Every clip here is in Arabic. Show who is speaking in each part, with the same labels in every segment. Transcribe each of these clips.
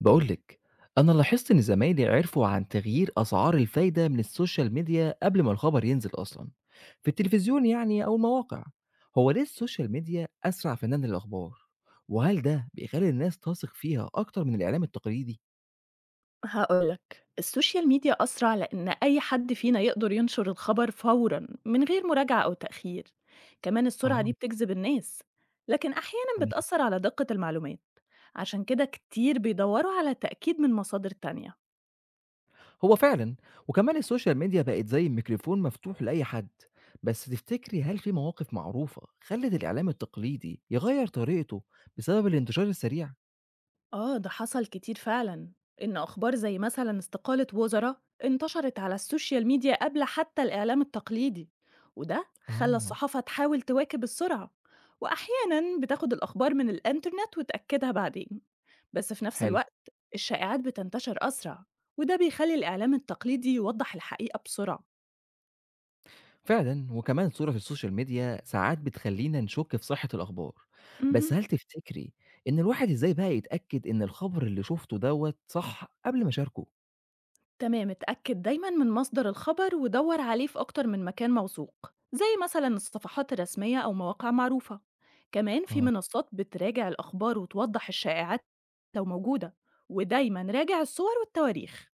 Speaker 1: بقول لك، أنا لاحظت إن زمايلي عرفوا عن تغيير أسعار الفايدة من السوشيال ميديا قبل ما الخبر ينزل أصلا في التلفزيون، يعني أو المواقع. هو ليه السوشيال ميديا أسرع فنان الأخبار؟ وهل ده بيخلي الناس تثق فيها أكتر من الإعلام التقليدي؟
Speaker 2: هاقول لك، السوشيال ميديا أسرع لإن أي حد فينا يقدر ينشر الخبر فورًا من غير مراجعة أو تأخير، كمان السرعة
Speaker 1: اه.
Speaker 2: دي بتجذب الناس، لكن أحيانًا
Speaker 1: تمام.
Speaker 2: بتأثر على دقة المعلومات، عشان كده كتير بيدوروا على تأكيد من مصادر تانية.
Speaker 1: هو فعلا، وكمان السوشيال ميديا بقت زي ميكروفون مفتوح لأي حد. بس تفتكري هل في مواقف معروفة خلت الإعلام التقليدي يغير طريقته بسبب الانتشار السريع؟
Speaker 2: آه ده حصل كتير فعلا، إن أخبار زي مثلا استقالة وزراء انتشرت على السوشيال ميديا قبل حتى الإعلام التقليدي، وده
Speaker 1: اه.
Speaker 2: خلى الصحافة تحاول تواكب السرعة وأحيانا بتاخد الأخبار من الإنترنت وتأكدها بعدين. بس في نفس
Speaker 1: حلو.
Speaker 2: الوقت الشائعات بتنتشر أسرع، وده بيخلي الإعلام التقليدي يوضح الحقيقة بسرعة.
Speaker 1: فعلًا، وكمان صورة في السوشيال ميديا ساعات بتخلّينا نشُك في صحة الأخبار. بس
Speaker 2: مهم.
Speaker 1: هل تفتكري إن الواحد إزاي بقى يتأكد إن الخبر اللي شُفته دوّة صح قبل ما أشاركه؟
Speaker 2: تمام، اتأكد دايما من مصدر الخبر ودور عليه في أكتر من مكان موثوق زي مثلا الصفحات الرسمية أو مواقع معروفة. كمان في
Speaker 1: آه.
Speaker 2: منصات بتراجع الأخبار وتوضح الشائعات لو موجودة، ودايما راجع الصور والتواريخ.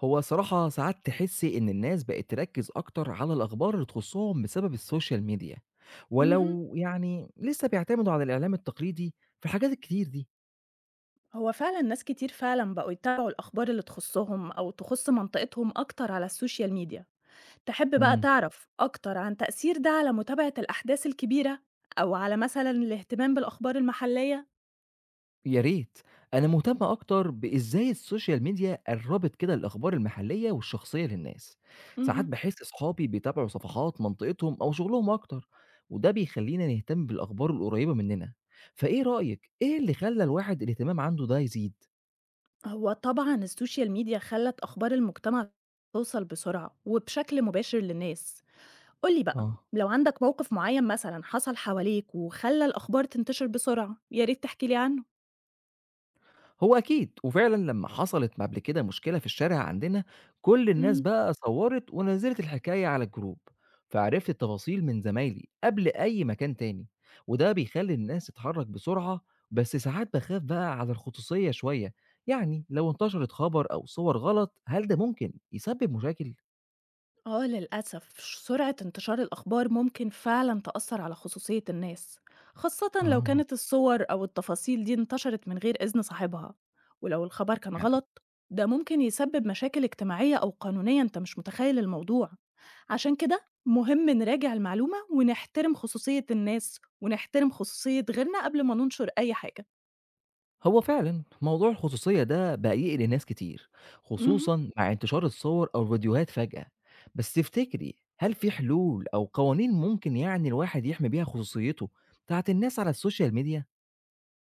Speaker 1: هو الصراحة ساعات تحسّي إن الناس بقت تركّز أكتر على الأخبار اللي تخُصّهم بسبب السوشيال ميديا،
Speaker 2: مهم.
Speaker 1: ولو لسه بيعتمدوا على الإعلام التقليدي في الحاجات الكتير دي.
Speaker 2: هو فعلا ناس كتير فعلا بقوا يتابعوا الأخبار اللي تخصهم أو تخص منطقتهم أكتر على السوشيال ميديا. تحب بقى
Speaker 1: إمم.
Speaker 2: تعرف أكتر عن تأثير ده على متابعة الأحداث الكبيرة أو على مثلا الاهتمام بالأخبار المحلية؟
Speaker 1: يا ريت، أنا مهتم أكتر بإزاي السوشيال ميديا قربت كده الأخبار المحلية والشخصية للناس. ساعات
Speaker 2: مهم.
Speaker 1: بحس أصحابي بيتابعوا صفحات منطقتهم أو شغلهم أكتر، وده بيخلينا نهتم بالأخبار القريبة مننا. فإيه رأيك، إيه اللي خلى الواحد الاهتمام عنده ده يزيد؟
Speaker 2: هو طبعًا السوشيال ميديا خلّت أخبار المجتمع توصل بسرعة وبشكل مباشر للناس. قُل لي بقى،
Speaker 1: آه.
Speaker 2: لو عندك موقف معيّن مثلًا حصل حواليك وخلّى الأخبار تنتشر بسرعة، يا ريت تحكي لي عنه.
Speaker 1: هو أكيد، وفعلًا لمّا حصلت قبل كده مشكلة في الشارع عندنا، كل الناس
Speaker 2: إمم.
Speaker 1: بقى صوّرت ونزّلت الحكاية على الجروب، فعرفت التفاصيل من زمايلي قبل أي مكان تاني، وده بيخلّي الناس تتحرّك بسرعة. بس ساعات باخاف بقى على الخصوصية شوية، لو انتشرت خبر أو صور غلط هل ده ممكن يسبب مشاكل؟
Speaker 2: آه للأسف سرعة انتشار الأخبار ممكن فعلا تأثر على خصوصية الناس، خاصة لو
Speaker 1: آه.
Speaker 2: كانت الصور أو التفاصيل دي انتشرت من غير إذن صاحبها. ولو الخبر كان غلط، ده ممكن يسبب مشاكل اجتماعية أو قانونية، أنت مش متخيل الموضوع. عشان كده مهم نراجع المعلومة ونحترم خصوصية الناس ونحترم خصوصية غيرنا قبل ما ننشر أي حاجة.
Speaker 1: هو فعلًا موضوع الخصوصية ده بقى يقلق ناس كتير،
Speaker 2: مهم.
Speaker 1: خصوصًا مع انتشار الصور أو الفيديوهات فجأة. بس تفتكري هل في حلول أو قوانين ممكن الواحد يحمي بيها خصوصيته بتاعة الناس على السوشيال ميديا؟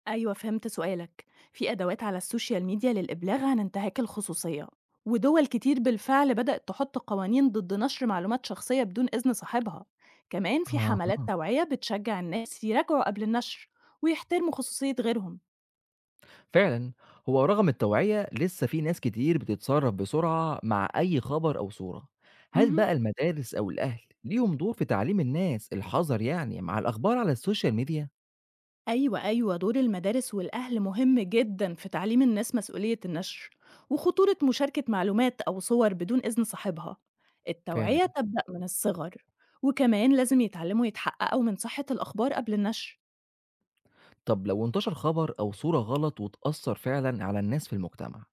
Speaker 2: أيوة فهمت سؤالك، في أدوات على السوشيال ميديا للإبلاغ عن انتهاك الخصوصية، ودول كتير بالفعل بدأت تحط قوانين ضد نشر معلومات شخصية بدون إذن صاحبها. كمان في
Speaker 1: أها،
Speaker 2: حملات توعية بتشجع الناس يراجعوا قبل النشر ويحترموا خصوصية غيرهم.
Speaker 1: فعلًا. هو رغم التوعية لسه في ناس كتير بتتصرف بسرعة مع أي خبر أو صورة، هل
Speaker 2: مهم.
Speaker 1: بقى المدارس أو الأهل ليهم دور في تعليم الناس الحذر مع الأخبار على السوشيال ميديا؟
Speaker 2: أيوة أيوة، دور المدارس والأهل مهم جدا في تعليم الناس مسؤولية النشر وخطورة مشاركة معلومات أو صور بدون إذن صاحبها.
Speaker 1: فعلًا.
Speaker 2: التوعية تبدأ من الصغر، وكمان لازم يتعلموا يتحققوا من صحة الأخبار قبل النشر.
Speaker 1: طب لو انتشر خبر أو صورة غلط واتأثّر فعلًا على الناس في المجتمع،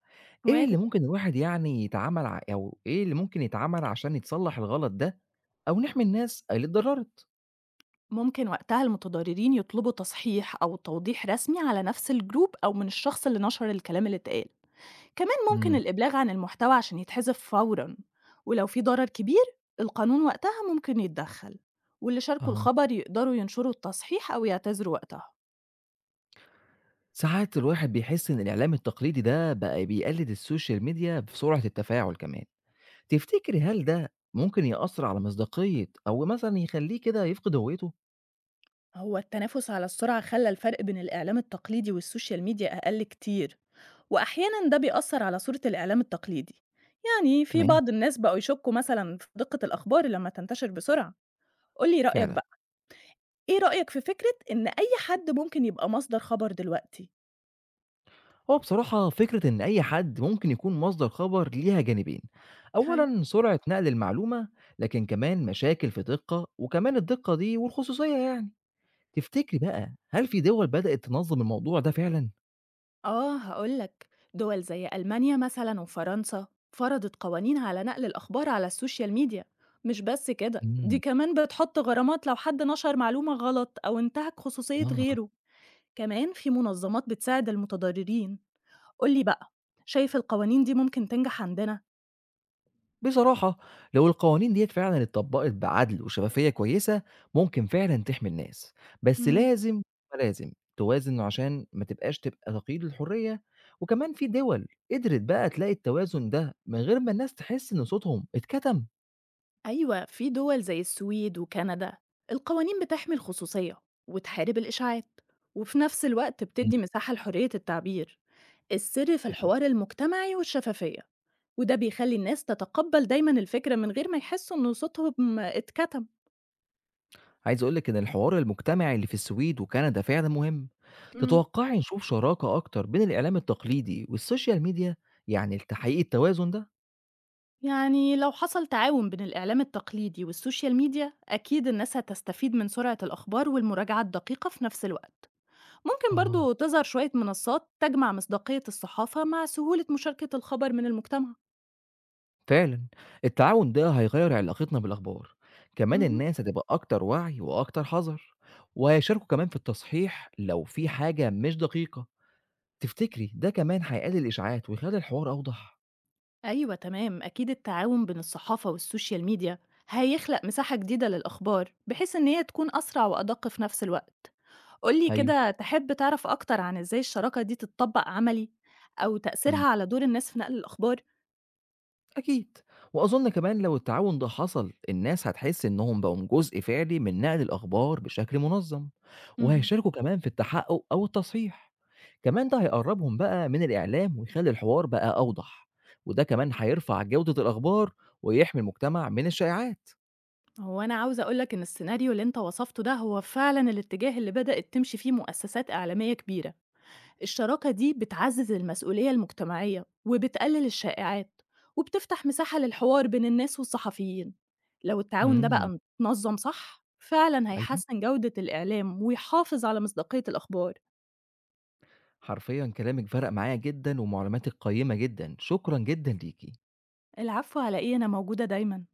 Speaker 1: إيه اللي
Speaker 2: وارد.
Speaker 1: ممكن الواحد يعني يتعامل ع أو إيه اللي ممكن يتعمل عشان يتصلّح الغلط ده أو نحمي الناس اللي اتضرّرت؟
Speaker 2: ممكن وقتها المتضررين يطلبوا تصحيح أو توضيح رسمي على نفس الجروب أو من الشخص اللي نشر الكلام اللي اتقال. كمان ممكن
Speaker 1: إمم،
Speaker 2: الإبلاغ عن المحتوى عشان يتحذف فورًا، ولو في ضرر كبير القانون وقتها ممكن يتدخل، واللي شاركوا
Speaker 1: آه.
Speaker 2: الخبر يقدروا ينشروا التصحيح أو يعتذروا وقتها.
Speaker 1: ساعات الواحد بيحس إن الإعلام التقليدي ده بقى بيقلد السوشيال ميديا بسرعة التفاعل كمان، تفتكري هل ده ممكن يأثّر على مصداقية أو مثلًا يخلّيه كده يفقد هويته؟
Speaker 2: هو التنافس على السرعة خلى الفرق بين الإعلام التقليدي والسوشيال ميديا أقل كتير، وأحيانا ده بيأثر على صورة الإعلام التقليدي، يعني في
Speaker 1: تمام،
Speaker 2: بعض الناس بقوا يشكوا مثلا في دقة الأخبار لما تنتشر بسرعة. قولي رأيك
Speaker 1: فعلًا.
Speaker 2: بقى، إيه رأيك في فكرة إن أي حد ممكن يبقى مصدر خبر دلوقتي؟
Speaker 1: هو بصراحة فكرة إن أي حد ممكن يكون مصدر خبر ليها جانبين،
Speaker 2: حلو.
Speaker 1: أولًا سرعة نقل المعلومة، لكن كمان مشاكل في دقة، وكمان الدقة دي والخصوصية، يعني تفتكري بقى هل في دول بدأت تنظم الموضوع ده فعلًا؟
Speaker 2: آه هقول لك، دول زي ألمانيا مثلا وفرنسا فرضت قوانين على نقل الأخبار على السوشيال ميديا. مش بس كده،
Speaker 1: إمم،
Speaker 2: دي كمان بتحط غرامات لو حد نشر معلومة غلط أو انتهك خصوصية
Speaker 1: آه.
Speaker 2: غيره. كمان في منظمات بتساعد المتضررين. قولي بقى، شايف القوانين دي ممكن تنجح عندنا؟
Speaker 1: بصراحة لو القوانين ديت فعلا اتطبقت بعدل وشفافية كويسة، ممكن فعلا تحمي الناس. بس
Speaker 2: مم.
Speaker 1: لازم توازن عشان ما تبقاش تبقى تقييد الحرية، وكمان في دول قدرت بقى تلاقي التوازن ده من غير ما الناس تحس ان صوتهم اتكتم.
Speaker 2: أيوة، في دول زي السويد وكندا القوانين بتحمي الخصوصية وتحارب الإشاعات، وفي نفس الوقت
Speaker 1: مم.
Speaker 2: بتدي مساحة لحرية التعبير. السر في
Speaker 1: حلو.
Speaker 2: الحوار المجتمعي والشفافية، وده بيخلي الناس تتقبل دايما الفكرة من غير ما يحسوا إن صوتهم اتكتم.
Speaker 1: عايز اقولك ان الحوار المجتمعي اللي في السويد وكندا فعلا مهم.
Speaker 2: مم.
Speaker 1: تتوقعي نشوف شراكة اكتر بين الاعلام التقليدي والسوشيال ميديا، يعني لتحقيق التوازن ده؟
Speaker 2: يعني لو حصل تعاون بين الإعلام التقليدي والسوشيال ميديا، أكيد الناس هتستفيد من سرعة الأخبار والمراجعة الدقيقة في نفس الوقت. ممكن
Speaker 1: اه.
Speaker 2: برضو تظهر شوية منصات تجمع مصداقية الصحافة مع سهولة مشاركة الخبر من المجتمع.
Speaker 1: فعلًا، التعاون ده هيغيّر علاقتنا بالأخبار، كمان
Speaker 2: مهم.
Speaker 1: الناس هتبقى أكتر وعي وأكتر حذر، وهيشاركوا كمان في التصحيح لو في حاجة مش دقيقة. تفتكري ده كمان هيقلل الإشاعات ويخلّي الحوار أوضح؟
Speaker 2: أيوه تمام، أكيد التعاون بين الصحافة والسوشيال ميديا هيخلق مساحة جديدة للأخبار بحيث إن هي تكون أسرع وأدق في نفس الوقت. قولي
Speaker 1: أيوه.
Speaker 2: كده، تحب تعرف أكتر عن إزاي الشراكة دي تتطبق عملي أو
Speaker 1: إمم.
Speaker 2: تأثيرها على دور الناس في نقل الأخبار؟
Speaker 1: أكيد، وأظن كمان لو التعاون ده حصل، الناس هتحس إنهم بقوا جزء فعلي من نقل الأخبار بشكل منظم،
Speaker 2: مهم.
Speaker 1: وهيشاركوا كمان في التحقق أو التصحيح، كمان ده هيقربهم بقى من الإعلام ويخلي الحوار بقى أوضح، وده كمان هيرفع جودة الأخبار ويحمي المجتمع من الشائعات.
Speaker 2: هو أنا عاوزة أقولك إن السيناريو اللي أنت وصفته ده هو فعلا الاتجاه اللي بدأت تمشي فيه مؤسسات إعلامية كبيرة. الشراكة دي بتعزز المسؤولية المجتمعية وبتقلل الشائعات وبتفتح مساحة للحوار بين الناس والصحفيين. لو التعاون ده
Speaker 1: امم.
Speaker 2: بقى متنظم صح، فعلا
Speaker 1: ايوه.
Speaker 2: هيحسن جودة الإعلام ويحافظ على مصداقية الأخبار.
Speaker 1: حرفيًا كلامك فرق معايا جدًا ومعلوماتك قيمة جدًا، شكرًا جدًا ليكِ.
Speaker 2: العفو على إيه، أنا موجودة دايما.